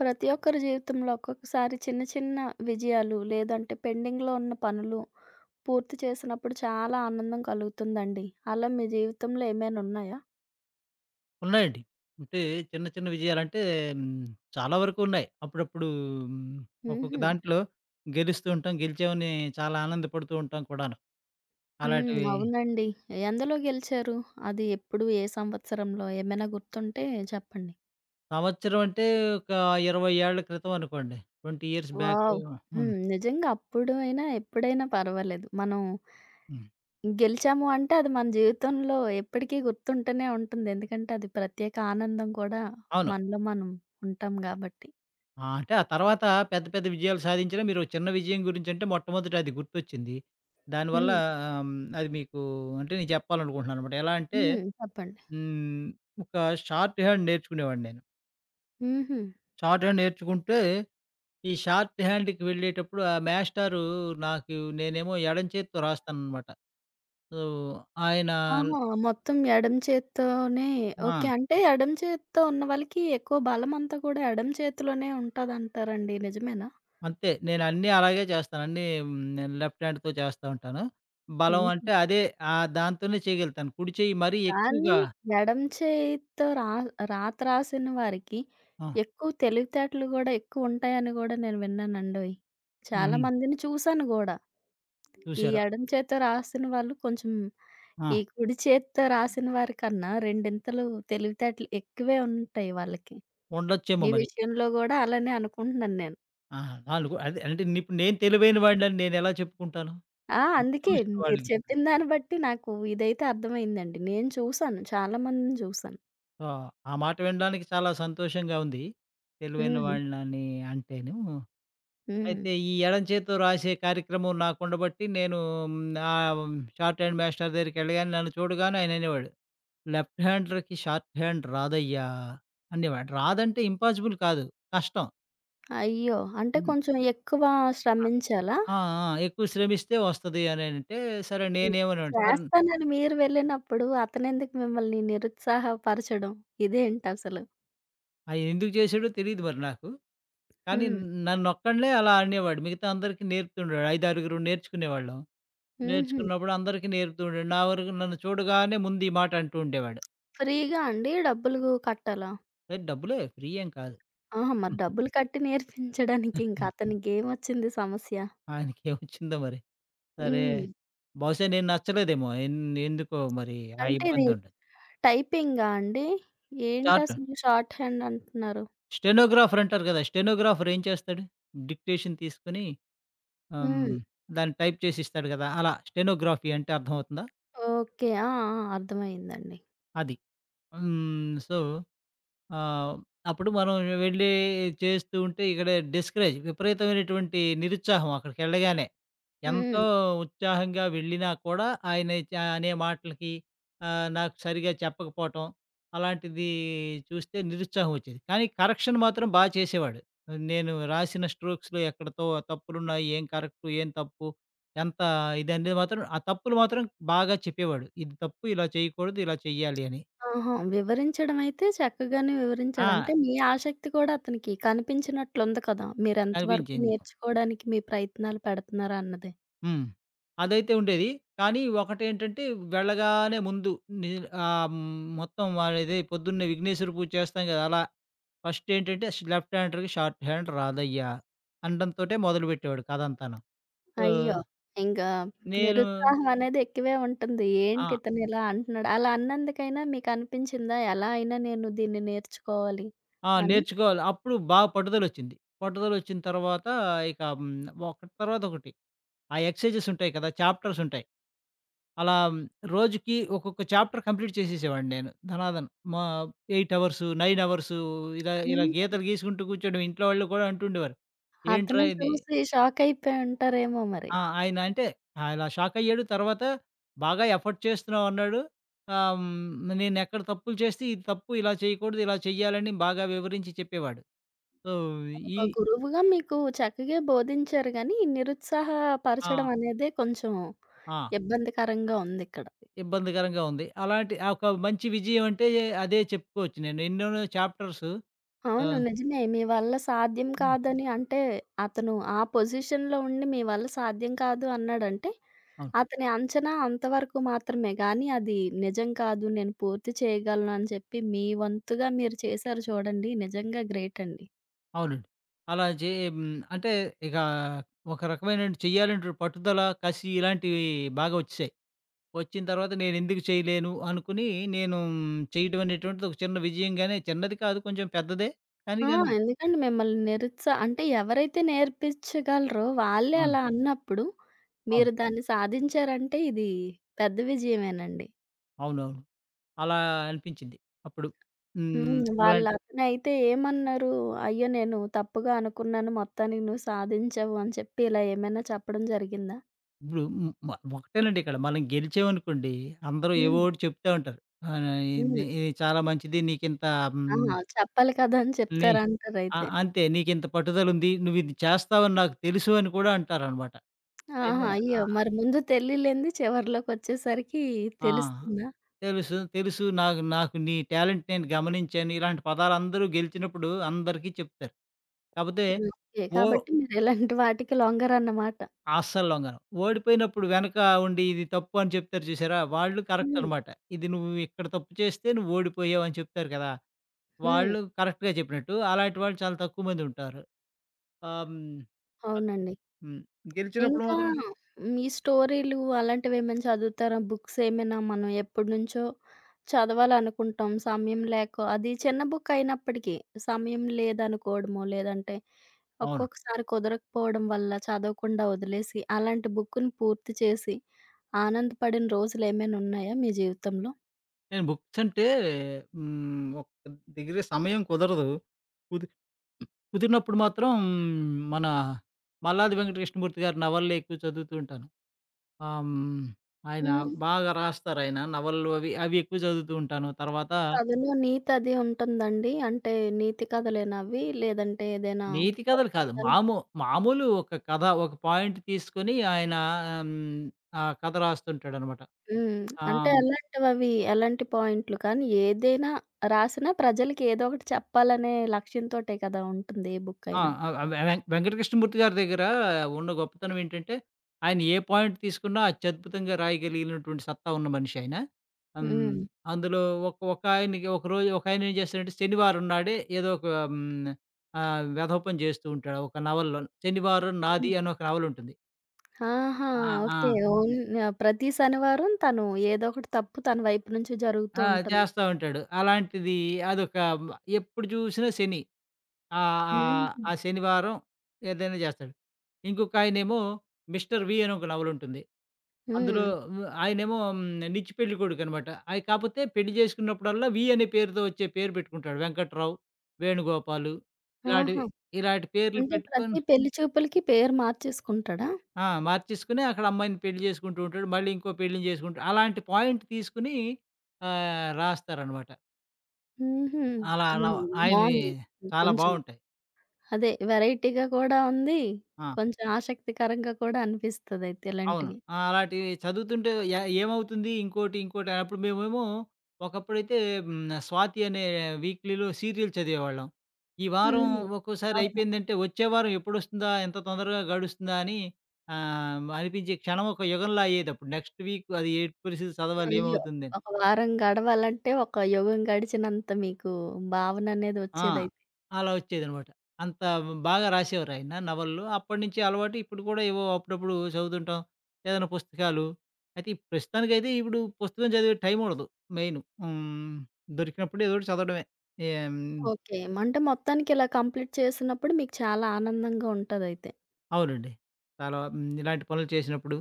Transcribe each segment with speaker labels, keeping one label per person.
Speaker 1: ప్రతి ఒక్కరి జీవితంలో ఒక్కొక్కసారి చిన్న చిన్న విజయాలు లేదంటే పెండింగ్‌లో ఉన్న పనులు పూర్తి చేసినప్పుడు చాలా ఆనందం కలుగుతుందండి. అలా మీ జీవితంలో ఏమైనా ఉన్నాయా?
Speaker 2: ఉన్నాయండి. అంటే చిన్న చిన్న విజయాలంటే హ్మ్, చాలా వరకు ఉన్నాయి. అప్పుడప్పుడు హ్మ్, ఒక్కొక్క
Speaker 1: హుహు.
Speaker 2: దాంట్లో గెలుస్తూ ఉంటాం. గెలిచామని చాలా ఆనందపడుతూ ఉంటాం కూడాను.
Speaker 1: హ్మ్.
Speaker 2: అలాంటివి
Speaker 1: అవునండి. ఎందులో గెలిచారు? అది ఎప్పుడు? ఏ సంవత్సరంలో? ఏమైనా గుర్తుంటే చెప్పండి?
Speaker 2: సంవత్సరం అంటే ఒక 20 ఏళ్ల క్రితం అనుకోండి. 20 ఇయర్స్ బ్యాక్.
Speaker 1: వావ్!
Speaker 2: హ్మ్.
Speaker 1: హ్మ్. నిజంగా అప్పుడు అయినా, ఎప్పుడైనా పర్వాలేదు. మనం
Speaker 2: హ్మ్.
Speaker 1: గెలిచాము అంటే అది మన జీవితంలో ఎప్పటికీ గుర్తుంటూనే ఉంటుంది. ఎందుకంటే అది ప్రత్యేక ఆనందం కూడా
Speaker 2: అవును.
Speaker 1: మనలో మనం ఉంటాం గాబట్టి.
Speaker 2: అంటే ఆ తర్వాత పెద్ద పెద్ద విజయాలు సాధించినా మీరు ఒక చిన్న విజయం గురించంటే మొట్టమొదట అది గుర్తొచ్చింది. దానివల్ల
Speaker 1: హ్మ్.
Speaker 2: ఆహ్, హ్మ్, అది మీకు అంటే నేను చెప్పాలనుకుంటున్నాననమాట. ఎలా అంటే
Speaker 1: హ్మ్. చెప్పండి.
Speaker 2: హ్మ్, ఒక షార్ట్ హ్యాండ్ నేర్చుకునేవాడిని నేను.
Speaker 1: హుహు.
Speaker 2: షార్ట్ హ్యాండ్ నేర్చుకుంటే, ఈ షార్ట్ హ్యాండ్‌కి వెళ్ళేటప్పుడు ఆ మాస్టారు నాకు నేనేమో ఎడం చేత్తో రాస్తాననమాట. సో, ఆయన
Speaker 1: ఆహా! ఆ! మొత్తం ఎడమ చేత్తోనే ఓకే.
Speaker 2: ఆ!
Speaker 1: అంటే ఎడమ చేత్తో ఉన్న వాళ్ళకి ఎక్కువ బలమంతా కూడా ఎడమ చేతిలోనే ఉంటదంటారండి. నిజమేనా?
Speaker 2: అంతే. నేను అన్నీ అలాగే చేస్తాను. అన్నీ నేను లెఫ్ట్ హ్యాండ్‌తో చేస్తా ఉంటాను. బలం
Speaker 1: హుహు.
Speaker 2: అంటే అదే దాంతోనే చేయగలుగుతాను. కుడి చెయ్యి మరీ
Speaker 1: కానీ
Speaker 2: ఎక్కువగా
Speaker 1: ఎడమ చేయితో రాత రాసిన వారికి
Speaker 2: ఆ!
Speaker 1: ఎక్కువ తెలివితేటలు గూడా ఎక్కువుంటాయని గూడా నేను విన్నానండోయ్. చాలా
Speaker 2: హుహు.
Speaker 1: మందిని చూసాను గూడా. ఈ
Speaker 2: చూసారా?
Speaker 1: ఎడమ చేత్తో రాసిన వాళ్ళు కొంచెం
Speaker 2: ఆ!
Speaker 1: ఈ కుడి చేత్తో రాసిన వారికన్నా రెండింతలు తెలివితేటలు ఎక్కువే ఉంటాయి వాళ్ళకి.
Speaker 2: ఉండొచ్చేమో
Speaker 1: మీ
Speaker 2: మరి.
Speaker 1: విషయంలో గూడా అలానే అనుకుంటున్నాను నేను.
Speaker 2: ఆ! నాలుగు అదే అంటే ఇప్పుడు నేను తెలివైన వాడినని నేనెలా చెప్పుకుంటాను?
Speaker 1: ఆ! అందుకే
Speaker 2: చూసిన
Speaker 1: మీరు
Speaker 2: వాళ్ళకి
Speaker 1: చెప్పిన దాన్ని బట్టి నాకు ఇదైతే అర్థమైందండి. నేను చూసాను. చాలా మందిని చూసాను.
Speaker 2: సో, ఆ మాట వినడానికి చాలా సంతోషంగా ఉంది. తెలివైన
Speaker 1: హ్మ్.
Speaker 2: వాళ్ళని అంటేను.
Speaker 1: హ్మ్.
Speaker 2: అయితే ఈ ఎడం చేత్తో రాసే కార్యక్రమం నాకుండబట్టి నేను నా షార్ట్ హ్యాండ్ మాస్టర్ దగ్గరికెళ్ళగానే నన్ను చూడగానే ఆయననేవాడు, "లెఫ్ట్ హ్యాండర్‌కి షార్ట్ హ్యాండ్ రాదయ్యా" అనేవాడు. రాదంటే ఇంపాసిబుల్ కాదు. కష్టం.
Speaker 1: అయ్యో! అంటే
Speaker 2: హ్మ్.
Speaker 1: కొంచెం ఎక్కువ శ్రమించాలా?
Speaker 2: ఆ! ఆ! ఎక్కువ శ్రమిస్తే వస్తది అనేనంటే, సరే
Speaker 1: హ్మ్.
Speaker 2: నేనేమనేవాడిని, "సార్".
Speaker 1: చేస్తానని మీరు వెళ్ళినప్పుడు అతనెందుకు మిమ్మల్ని నిరుత్సాహపరచడం? ఇదేంటసలు?
Speaker 2: ఆయనెందుకు చేశాడో తెలీదు మరి నాకు. కానీ
Speaker 1: హ్మ్.
Speaker 2: నన్నొక్కడినే అలా అనేవాడు. మిగతా అందరికీ నేర్పుతుండేవాడు. ఐదారుగురం నేర్చుకునేవాళ్ళం.
Speaker 1: హుహు.
Speaker 2: నేర్చుకున్నప్పుడు అందరికీ నేర్పుతూ ఉండేవాడు. నా వరకు నన్ను చూడగానే ముందు ఈ మాట అంటూ ఉండేవాడు.
Speaker 1: ఫ్రీగా అండి? డబ్బులు కట్టాలా?
Speaker 2: "ఏ డబ్బులే ఫ్రీ ఏం కాదు."
Speaker 1: ఆహా! మరి డబ్బులు కట్టి నేర్పించడానికి ఇంక అతనికేమొచ్చింది సమస్య?
Speaker 2: ఆయనకేమొచ్చిందో మరి. సరే,
Speaker 1: హ్మ్.
Speaker 2: బహుశా నేను నచ్చలేదేమో. ఎందుకో మరి ఆ
Speaker 1: అంటే ఇది
Speaker 2: ఇబ్బందుండదు.
Speaker 1: టైపింగా అండి?
Speaker 2: చార్ట్
Speaker 1: ఏంటసలు షార్ట్ హ్యాండ్ అంటున్నారు?
Speaker 2: స్టెనోగ్రాఫర్ అంటారు కదా! స్టెనోగ్రాఫర్ ఏం చేస్తాడు? డిక్టేషన్ తీసుకొని ఆహ్,
Speaker 1: హ్మ్.
Speaker 2: హ్మ్. దాన్ని టైప్ చేసి ఇస్తాడు కదా! అలా స్టెనోగ్రఫీ అంటే అర్థమవుతుందా?
Speaker 1: ఓకే. ఆ! ఆ! అర్థమయిందండి.
Speaker 2: అది. హ్మ్. సో ఆ! అప్పుడు మనం వెళ్ళి చేస్తూ ఉంటే ఇక్కడ డిస్కరేజ్ విపరీతమైనటువంటి నిరుత్సాహం అక్కడికెళ్ళగానే. ఎంతో
Speaker 1: హ్మ్.
Speaker 2: ఉత్సాహంగా వెళ్ళినా కూడా ఆయన అనే మాటలకి నాకు సరిగ్గా చెప్పకపోవటం, అలాంటిది చూస్తే నిరుత్సాహం వచ్చేది. కానీ కరెక్షన్ మాత్రం బా చేసేవాడు. నేను రాసిన స్ట్రోక్స్‌లో ఎక్కడ తప్పులున్నాయి, ఏం కరెక్టు, ఏం తప్పు, ఎంత ఇదనేది మాత్రం ఆ తప్పులు మాత్రం బాగా చెప్పేవాడు. ఇది తప్పు, ఇలా చేయకూడదు, ఇలా చెయ్యాలి అని.
Speaker 1: ఆహా! వివరించడం అయితే చక్కగానే వివరించాడు. అంటే
Speaker 2: ఆ!
Speaker 1: మీ ఆసక్తి కూడా అతనికి కనిపించినట్లుంది కదా! మీరెంత వరకు
Speaker 2: అనిపించింది.
Speaker 1: నేర్చుకోవడానికి మీ ప్రయత్నాలు పెడుతున్నారా అన్నది.
Speaker 2: హ్మ్. అదైతే ఉండేది. కానీ ఒకటేంటంటే వెళ్ళగానే ముందు ని ఆహ్, హ్మ్. మొత్తం వాళ్ళది పొద్దున్నే విఘ్నేశ్వర పూజ చేస్తాం కదా! అలా ఫస్ట్ ఏంటంటే లెఫ్ట్ హ్యాండర్‌కి షార్ట్ హ్యాండ్ రాదయ్యా! అనడంతోటే మొదలుపెట్టేవాడు కథంతాను. సో,
Speaker 1: అయ్యో! ఇంకా
Speaker 2: నేను
Speaker 1: నిరుత్సాహం అనేది ఎక్కువే ఉంటుంది.
Speaker 2: ఆ!
Speaker 1: ఏంటి ఇతను ఇలా అంటున్నాడు? అలా అన్నందుకైనా మీకనిపించిందా ఎలా అయినా నేను దీన్ని నేర్చుకోవాలి
Speaker 2: ఆ!
Speaker 1: అని?
Speaker 2: నేర్చుకోవాలి. అప్పుడు బాగా పట్టుదలొచ్చింది. పట్టుదలొచ్చిన తర్వాత ఇక హ్మ్. ఒకటి తర్వాత ఒకటి. ఆ ఎక్సర్‌సైజెస్ ఉంటాయి కదా! చాప్టర్స్ ఉంటాయి. అలా రోజుకి ఒక్కొక్క చాప్టర్ కంప్లీట్ చేసేసేవాడిని నేను. ధనాధన్. మా 8 అవర్సు, 9 అవర్సు ఇలా ఇలా
Speaker 1: హ్మ్.
Speaker 2: గీతలు గీసుకుంటూ కూర్చోడం. ఇంట్లో వాళ్ళు కూడా అంటుండేవారు. "ఏంట్రా
Speaker 1: అతను
Speaker 2: ఇది?"
Speaker 1: చూసి షాకయిపోయుంటారేమో మరి.
Speaker 2: ఆయన అంటే అలా షాక్ అయ్యాడు. తర్వాత బాగా ఎఫర్ట్ చేస్తున్నావు అన్నాడు. నేనెక్కడ తప్పులు చేస్తే ఇది తప్పు, ఇలా చేయకూడదు, ఇలా చెయ్యాలని బాగా వివరించి చెప్పేవాడు. సో,
Speaker 1: ఒక
Speaker 2: ఈ
Speaker 1: గురువుగా మీకు చక్కగే బోధించారు గానీ,
Speaker 2: ఆ!
Speaker 1: నిరుత్సాహపరచడం అనేదే కొంచెం
Speaker 2: ఆ!
Speaker 1: ఇబ్బందికరంగా ఉందిక్కడ.
Speaker 2: ఇబ్బందికరంగా ఉంది. అలాంటి ఆ ఒక మంచి విజయం అంటే అదే చెప్పుకోవచ్చు నేను. ఎన్నెన్నో చాప్టర్సు
Speaker 1: అవును.
Speaker 2: ఆహ్,
Speaker 1: నిజమే. మీ వల్ల సాధ్యం
Speaker 2: హ్మ్.
Speaker 1: కాదని అంటే, అతను ఆ పొజిషన్‌లో ఉండి మీ వల్ల సాధ్యం కాదు అన్నాడంటే, అతని అంచనా అంతవరకు మాత్రమే గానీ, అది నిజం కాదు, నేను పూర్తి చేయగలను అని చెప్పి, మీ వంతుగా మీరు చేశారు చూడండి. నిజంగా గ్రేట్ అండి.
Speaker 2: అవునండి. అలా చే హ్మ్. అంటే ఇక ఒక రకమైన చేయాలంటే పట్టుదల, కసి ఇలాంటివి బాగా వచ్చేసాయి. వచ్చిన తర్వాత నేనెందుకు చేయలేను అనుకుని నేను చేయడం అనేటువంటిది ఒక చిన్న విజయంగానే చిన్నది కాదు కొంచెం పెద్దదే. కానీ
Speaker 1: ఆ!
Speaker 2: గాని
Speaker 1: ఎందుకండి మిమ్మల్ని అంటే ఎవరైతే నేర్పించగలరో వాళ్ళే
Speaker 2: అవును.
Speaker 1: అలా అన్నప్పుడు,
Speaker 2: అవును.
Speaker 1: మీరు దాన్ని సాధించారంటే ఇది పెద్ద విజయమేనండి.
Speaker 2: అవునవును. అలా అనిపించింది. అప్పుడు హ్మ్.
Speaker 1: హ్మ్. వాళ్ళ
Speaker 2: అలాంటి
Speaker 1: అతనైతే ఏమన్నారు? "అయ్యో! నేను తప్పుగా అనుకున్నాను. మొత్తానికి నువ్వు సాధించావు" అని చెప్పి ఇలా ఏమైనా చెప్పడం జరిగిందా?
Speaker 2: ఇప్పుడు హ్మ్. మ ఒకటేనండి, ఇక్కడ మనం గెలిచామనుకోండి అందరూ
Speaker 1: హ్మ్.
Speaker 2: ఏవోటి చెప్తా ఉంటారు. ఆహ్,
Speaker 1: హ్మ్.
Speaker 2: ఇది ఇది చాలా మంచిది. నీకింత హ్మ్.
Speaker 1: ఆహా! చెప్పాలి కదా! అని
Speaker 2: నీ ఆ!
Speaker 1: చెప్తారంటారయితే.
Speaker 2: అంతే. నీకింత పట్టుదలుంది. నువ్విది చేస్తావని నాకు తెలుసు అని కూడా అంటారనమాట.
Speaker 1: ఆహా!
Speaker 2: అయితే
Speaker 1: అయ్యో!
Speaker 2: ఆహ్,
Speaker 1: మరి ముందు తెలియలేంది చివర్లోకొచ్చేసరికి
Speaker 2: ఆ!
Speaker 1: తెలుస్తుందా?
Speaker 2: తెలుసు. తెలుసు. నాకు నాకు నీ టాలెంట్ నేను గమనించాను. ఇలాంటి పదాలందరూ గెలిచినప్పుడు అందరికీ చెప్తారు. కాపోతే
Speaker 1: ఓకే.
Speaker 2: ఓ
Speaker 1: కాబట్టి మీరు ఇలాంటి వాటికి లొంగరన్నమాట.
Speaker 2: అస్సలు లొంగను. ఓడిపోయినప్పుడు వెనక ఉండి ఇది తప్పు అని చెప్తారు చూసారా? వాళ్ళు కరెక్ట్
Speaker 1: హ్మ్.
Speaker 2: అనమాట. ఇది నువ్వు ఇక్కడ తప్పు చేస్తే నువ్వు ఓడిపోయావు అని చెప్తారు కదా!
Speaker 1: హ్మ్.
Speaker 2: వాళ్ళు కరెక్ట్‌గా చెప్పినట్టు. అలాంటి వాళ్ళు చాలా తక్కువ మందుంటారు. ఆహ్, హ్మ్. తక్కువ
Speaker 1: అవునండి.
Speaker 2: హ్మ్. గెలిచినప్పుడు
Speaker 1: ఇంకా
Speaker 2: మాత్రం
Speaker 1: హ్మ్. ఈ స్టోరీలు అలాంటివేమైనా చదువుతారా? బుక్స్ ఏమైనా మనం ఎప్పటినుంచో చదవాలనుకుంటాం. సమయం లేక అది చిన్న బుక్ అయినప్పటికీ సమయం లేదనుకోవడమో, లేదంటే
Speaker 2: అవును.
Speaker 1: ఒక్కొక్కసారి కుదరకపోవడం వల్ల చదవకుండా వదిలేసి, అలాంటి బుక్కుని పూర్తి చేసి ఆనందపడిన రోజులేమైనా ఉన్నాయా మీ జీవితంలో?
Speaker 2: నేను బుక్స్ అంటే ఒక దగ్గర సమయం కుదరదు. కుది కుదిరినప్పుడు మాత్రం మన మల్లాది వెంకటకృష్ణమూర్తి గారి నవలలే ఎక్కువ చదువుతూ ఉంటాను. ఆహ్, హ్మ్. ఆయన
Speaker 1: హ్మ్.
Speaker 2: బాగా రాస్తారాయన. నవలలు అవి, అవి ఎక్కువ చదువుతూ ఉంటాను. తర్వాత
Speaker 1: కథలో నీతి అది ఉంటుందండి? అంటే నీతి కథలేనా అవి? లేదంటే ఏదైనా
Speaker 2: నీతి కథలు కాదు. మామూలు ఒక కథ, ఒక పాయింట్ తీసుకొని ఆయన హ్మ్. ఆ కథ రాస్తుంటాడనమాట.
Speaker 1: హ్మ్.
Speaker 2: ఆ!
Speaker 1: అంటే అలాంటివవి ఎలాంటి పాయింట్లు కానీ ఏదైనా రాసినా ప్రజలకి ఏదో ఒకటి చెప్పాలనే లక్ష్యంతోటే కదా ఉంటుంది ఏ బుక్
Speaker 2: ఆ!
Speaker 1: అయినా.
Speaker 2: ఆ! వె వె వెంకటకృష్ణమూర్తి గారి దగ్గర ఉన్న గొప్పతనం ఏంటంటే, ఆయన ఏ పాయింట్ తీసుకున్నా అత్యద్భుతంగా రాయగలిగినటువంటి సత్తా ఉన్న మనిషి ఆయన. హ్మ్.
Speaker 1: హ్మ్.
Speaker 2: అందులో ఒక ఒక ఆయనకి ఒకరోజు ఒకాయన ఏం చేస్తాడంటే, శనివారం నాడే ఏదో ఒక హ్మ్, వెధవ పని చేస్తూ ఉంటాడు ఒక నవల్లో. 'శనివారం
Speaker 1: హ్మ్.
Speaker 2: నాది' అని ఒక నవల ఉంటుంది.
Speaker 1: ఆహా!
Speaker 2: ఆ! ఆ!
Speaker 1: ఓకే. ఓన్ ఆహ్, ప్రతి శనివారం తను ఏదో ఒకటి తప్పు తన వైపు నుంచి జరుగుతూ
Speaker 2: ఆ!
Speaker 1: ఉంటుంది.
Speaker 2: చేస్తా ఉంటాడు. అలాంటిది అదొక ఎప్పుడు చూసినా శని. ఆహ్, ఆహ్,
Speaker 1: హుహు.
Speaker 2: ఆ శనివారం ఏదైనా చేస్తాడు. ఇంకొకాయనేమో 'మిస్టర్ వి' అని ఒక నవలుంటుంది. అందులో
Speaker 1: హ్మ్.
Speaker 2: ఆయనేమో నిచ్చి పెళ్లి కొడుకనమాట. కాపోతే పెళ్లి చేసుకున్నప్పుడల్లా వి అనే పేరుతో వచ్చే పేరు పెట్టుకుంటాడు. వెంకట్రావు, వేణుగోపాలు, ఆహా! ఇలాంటివి,
Speaker 1: ఆహా!
Speaker 2: ఇలాంటి పేర్లు
Speaker 1: అంటే
Speaker 2: పెట్టుకొని
Speaker 1: ప్రతి పెళ్లి చూపులకి పేరు మార్చేసుకుంటాడా?
Speaker 2: మార్చేసుకొని అక్కడ అమ్మాయిని పెళ్లి చేసుకుంటూ ఉంటాడు. మళ్ళీ ఇంకో పెళ్ళిని చేసుకుంటూ అలాంటి పాయింట్ తీసుకొని రాస్తారనమాట.
Speaker 1: హుహు.
Speaker 2: అలా అలా
Speaker 1: హ్మ్.
Speaker 2: ఆయనవి
Speaker 1: బావుంది.
Speaker 2: చాలా
Speaker 1: కొంచెం
Speaker 2: బావుంటాయి.
Speaker 1: అదే వెరైటీగా కూడా ఉంది.
Speaker 2: ఆ!
Speaker 1: కొంచెం ఆసక్తికరంగా కూడా అనిపిస్తదయితే
Speaker 2: అవును.
Speaker 1: ఇలాంటివి.
Speaker 2: అలాంటివి చదువుతుంటే ఏమవుతుంది ఇంకోటి, ఇంకోటి అప్పుడు మేమేమో ఒకప్పుడైతే హ్మ్. స్వాతి అనే వీక్‌లీలో సీరియల్ చదివేవాళ్ళం. ఈ వారం
Speaker 1: హ్మ్.
Speaker 2: ఒక్కోసారి
Speaker 1: అవును.
Speaker 2: అయిపోయిందంటే వచ్చే వారం ఎప్పుడొస్తుందా? ఎంత తొందరగా గడుస్తుందా? అని అనిపించే క్షణం ఒక యుగంలా అయ్యేదప్పుడు. నెక్స్ట్ వీక్ అది ఎట్టి పరిస్థితి చదవాలి
Speaker 1: అయ్యో!
Speaker 2: ఏమవుతుందని.
Speaker 1: ఒక వారం గడవాలంటే ఒక యుగం గడిచినంత మీకు భావననేది
Speaker 2: ఆ!
Speaker 1: ఒచ్చేదైతే.
Speaker 2: అలా వచ్చేదనమాట. అంత బాగా రాసేవారాయన నవలలు. అప్పటినుంచి అలవాటు ఇప్పుడు కూడా ఏవో అప్పుడప్పుడు చదువుతుంటాం. ఏదైనా పుస్తకాలు. అయితే ఈ ప్రస్తుతానికైతే ఇప్పుడు పుస్తకం చదివే టైం ఉండదు మెయిన్. దొరికినప్పుడు ఏదోకటి చదవడమే. ఏం
Speaker 1: ఓకే. అంటే మొత్తానికి ఇలా కంప్లీట్ చేసినప్పుడు మీకు చాలా ఆనందంగా ఉంటదైతే.
Speaker 2: అవునండి. చాలా ఇలాంటి పనులు చేసినప్పుడు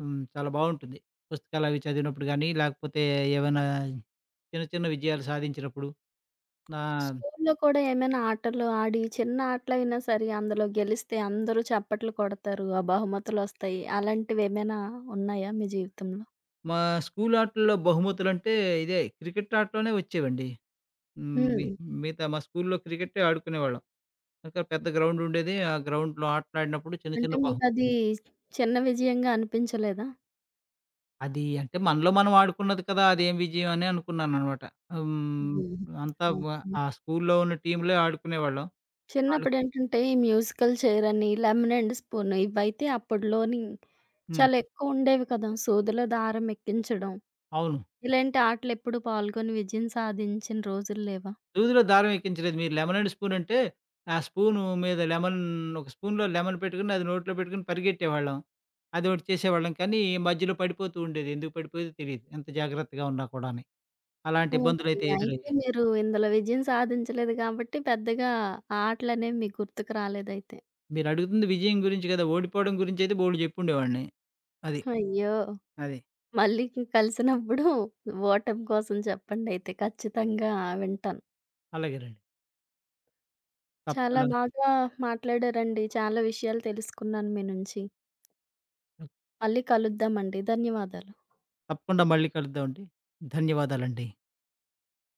Speaker 2: చాలా బావుంటుంది. పుస్తకాలవి చదివినప్పుడు గానీ, లేకపోతే ఏవైనా చిన్న చిన్న విజయాలు సాధించినప్పుడు. నా
Speaker 1: స్కూల్లో కూడా ఏమైనా ఆటలు ఆడి చిన్న ఆటలైనా సరే అందులో గెలిస్తే అందరూ చప్పట్లు కొడతారు. ఆ బహుమతులొస్తాయి. అలాంటివేమైనా ఉన్నాయా మీ జీవితంలో?
Speaker 2: మా స్కూల్ ఆటల్లో బహుమతులంటే ఇదే క్రికెట్ ఆటలోనే వచ్చేవండి. హ్మ్. మి
Speaker 1: హ్మ్.
Speaker 2: మిగతా మా స్కూల్‌లో క్రికెట్టే ఆడుకునేవాళ్ళం. ఒక పెద్ద గ్రౌండ్ ఉండేది. ఆ గ్రౌండ్‌లో ఆటలాడినప్పుడు చిన్న
Speaker 1: అంటే
Speaker 2: చిన్న
Speaker 1: మీకది చిన్న విజయంగా అనిపించలేదా?
Speaker 2: అది అంటే మనలో మనం ఆడుకున్నది కదా! అదేం విజయం అని అనుకున్నాననమాట. హ్మ్.
Speaker 1: హ్మ్.
Speaker 2: అంతా వ
Speaker 1: ఓకే.
Speaker 2: ఆ స్కూల్‌లో ఉన్న టీమ్‌లే ఆడుకునేవాళ్ళం. ఆడు
Speaker 1: చిన్నప్పుడేంటంటే, ఈ మ్యూజికల్ చైరని, లెమన్ అండ్ స్పూన్ ఇవైతే అప్పడ్లోని
Speaker 2: హ్మ్.
Speaker 1: చాలా ఎక్కువుండేవి కదా! సూదిలో దారం ఎక్కించడం,
Speaker 2: అవును.
Speaker 1: ఇలాంటి ఆటలెప్పుడు పాల్గొని విజయం సాధించిన రోజులు లేవా?
Speaker 2: సూదిలో దారం ఎక్కించలేదు. మీరు లెమనేడ్ స్పూన్ అంటే ఆ స్పూను మీద లెమన్ ఒక స్పూన్‌లో లెమన్ పెట్టుకొని అది నోట్లో పెట్టుకొని పరిగెట్టేవాళ్ళం. అదోకటి చేసేవాళ్ళం. కానీ మధ్యలో పడిపోతూ ఉండేది. ఎందుకు పడిపోయేదో తెలీదు. ఎంత జాగ్రత్తగా ఉన్నా కూడాని. అలాంటి
Speaker 1: ఓకే.
Speaker 2: ఇబ్బందులైతే
Speaker 1: అయితే
Speaker 2: ఎదురయ్యాయి.
Speaker 1: మీరు ఇందులో విజయం సాధించలేదు గాబట్టి, పెద్దగా ఆ ఆటలనేవి మీకు గుర్తుకు రాలేదైతే.
Speaker 2: మీరడుగుతుంది విజయం గురించి కదా! ఓడిపోవడం గురించయితే బోలెడు జెప్పుండేవాడిని. అది.
Speaker 1: అయ్యో!
Speaker 2: అది.
Speaker 1: మళ్ళీ కలిసినప్పుడు ఓటమి కోసం చెప్పండయితే. ఖచ్చితంగా వింటాను.
Speaker 2: అలాగేనండి.
Speaker 1: చాలా
Speaker 2: తప్పకుండా.
Speaker 1: బాగా మాట్లాడారండి. చాలా విషయాలు తెలుసుకున్నాను మీ నుంచి. మళ్ళీ కలుద్దామండి. ధన్యవాదాలు.
Speaker 2: తప్పకుండా మళ్ళీ కలుద్దామండి. ధన్యవాదాలండి.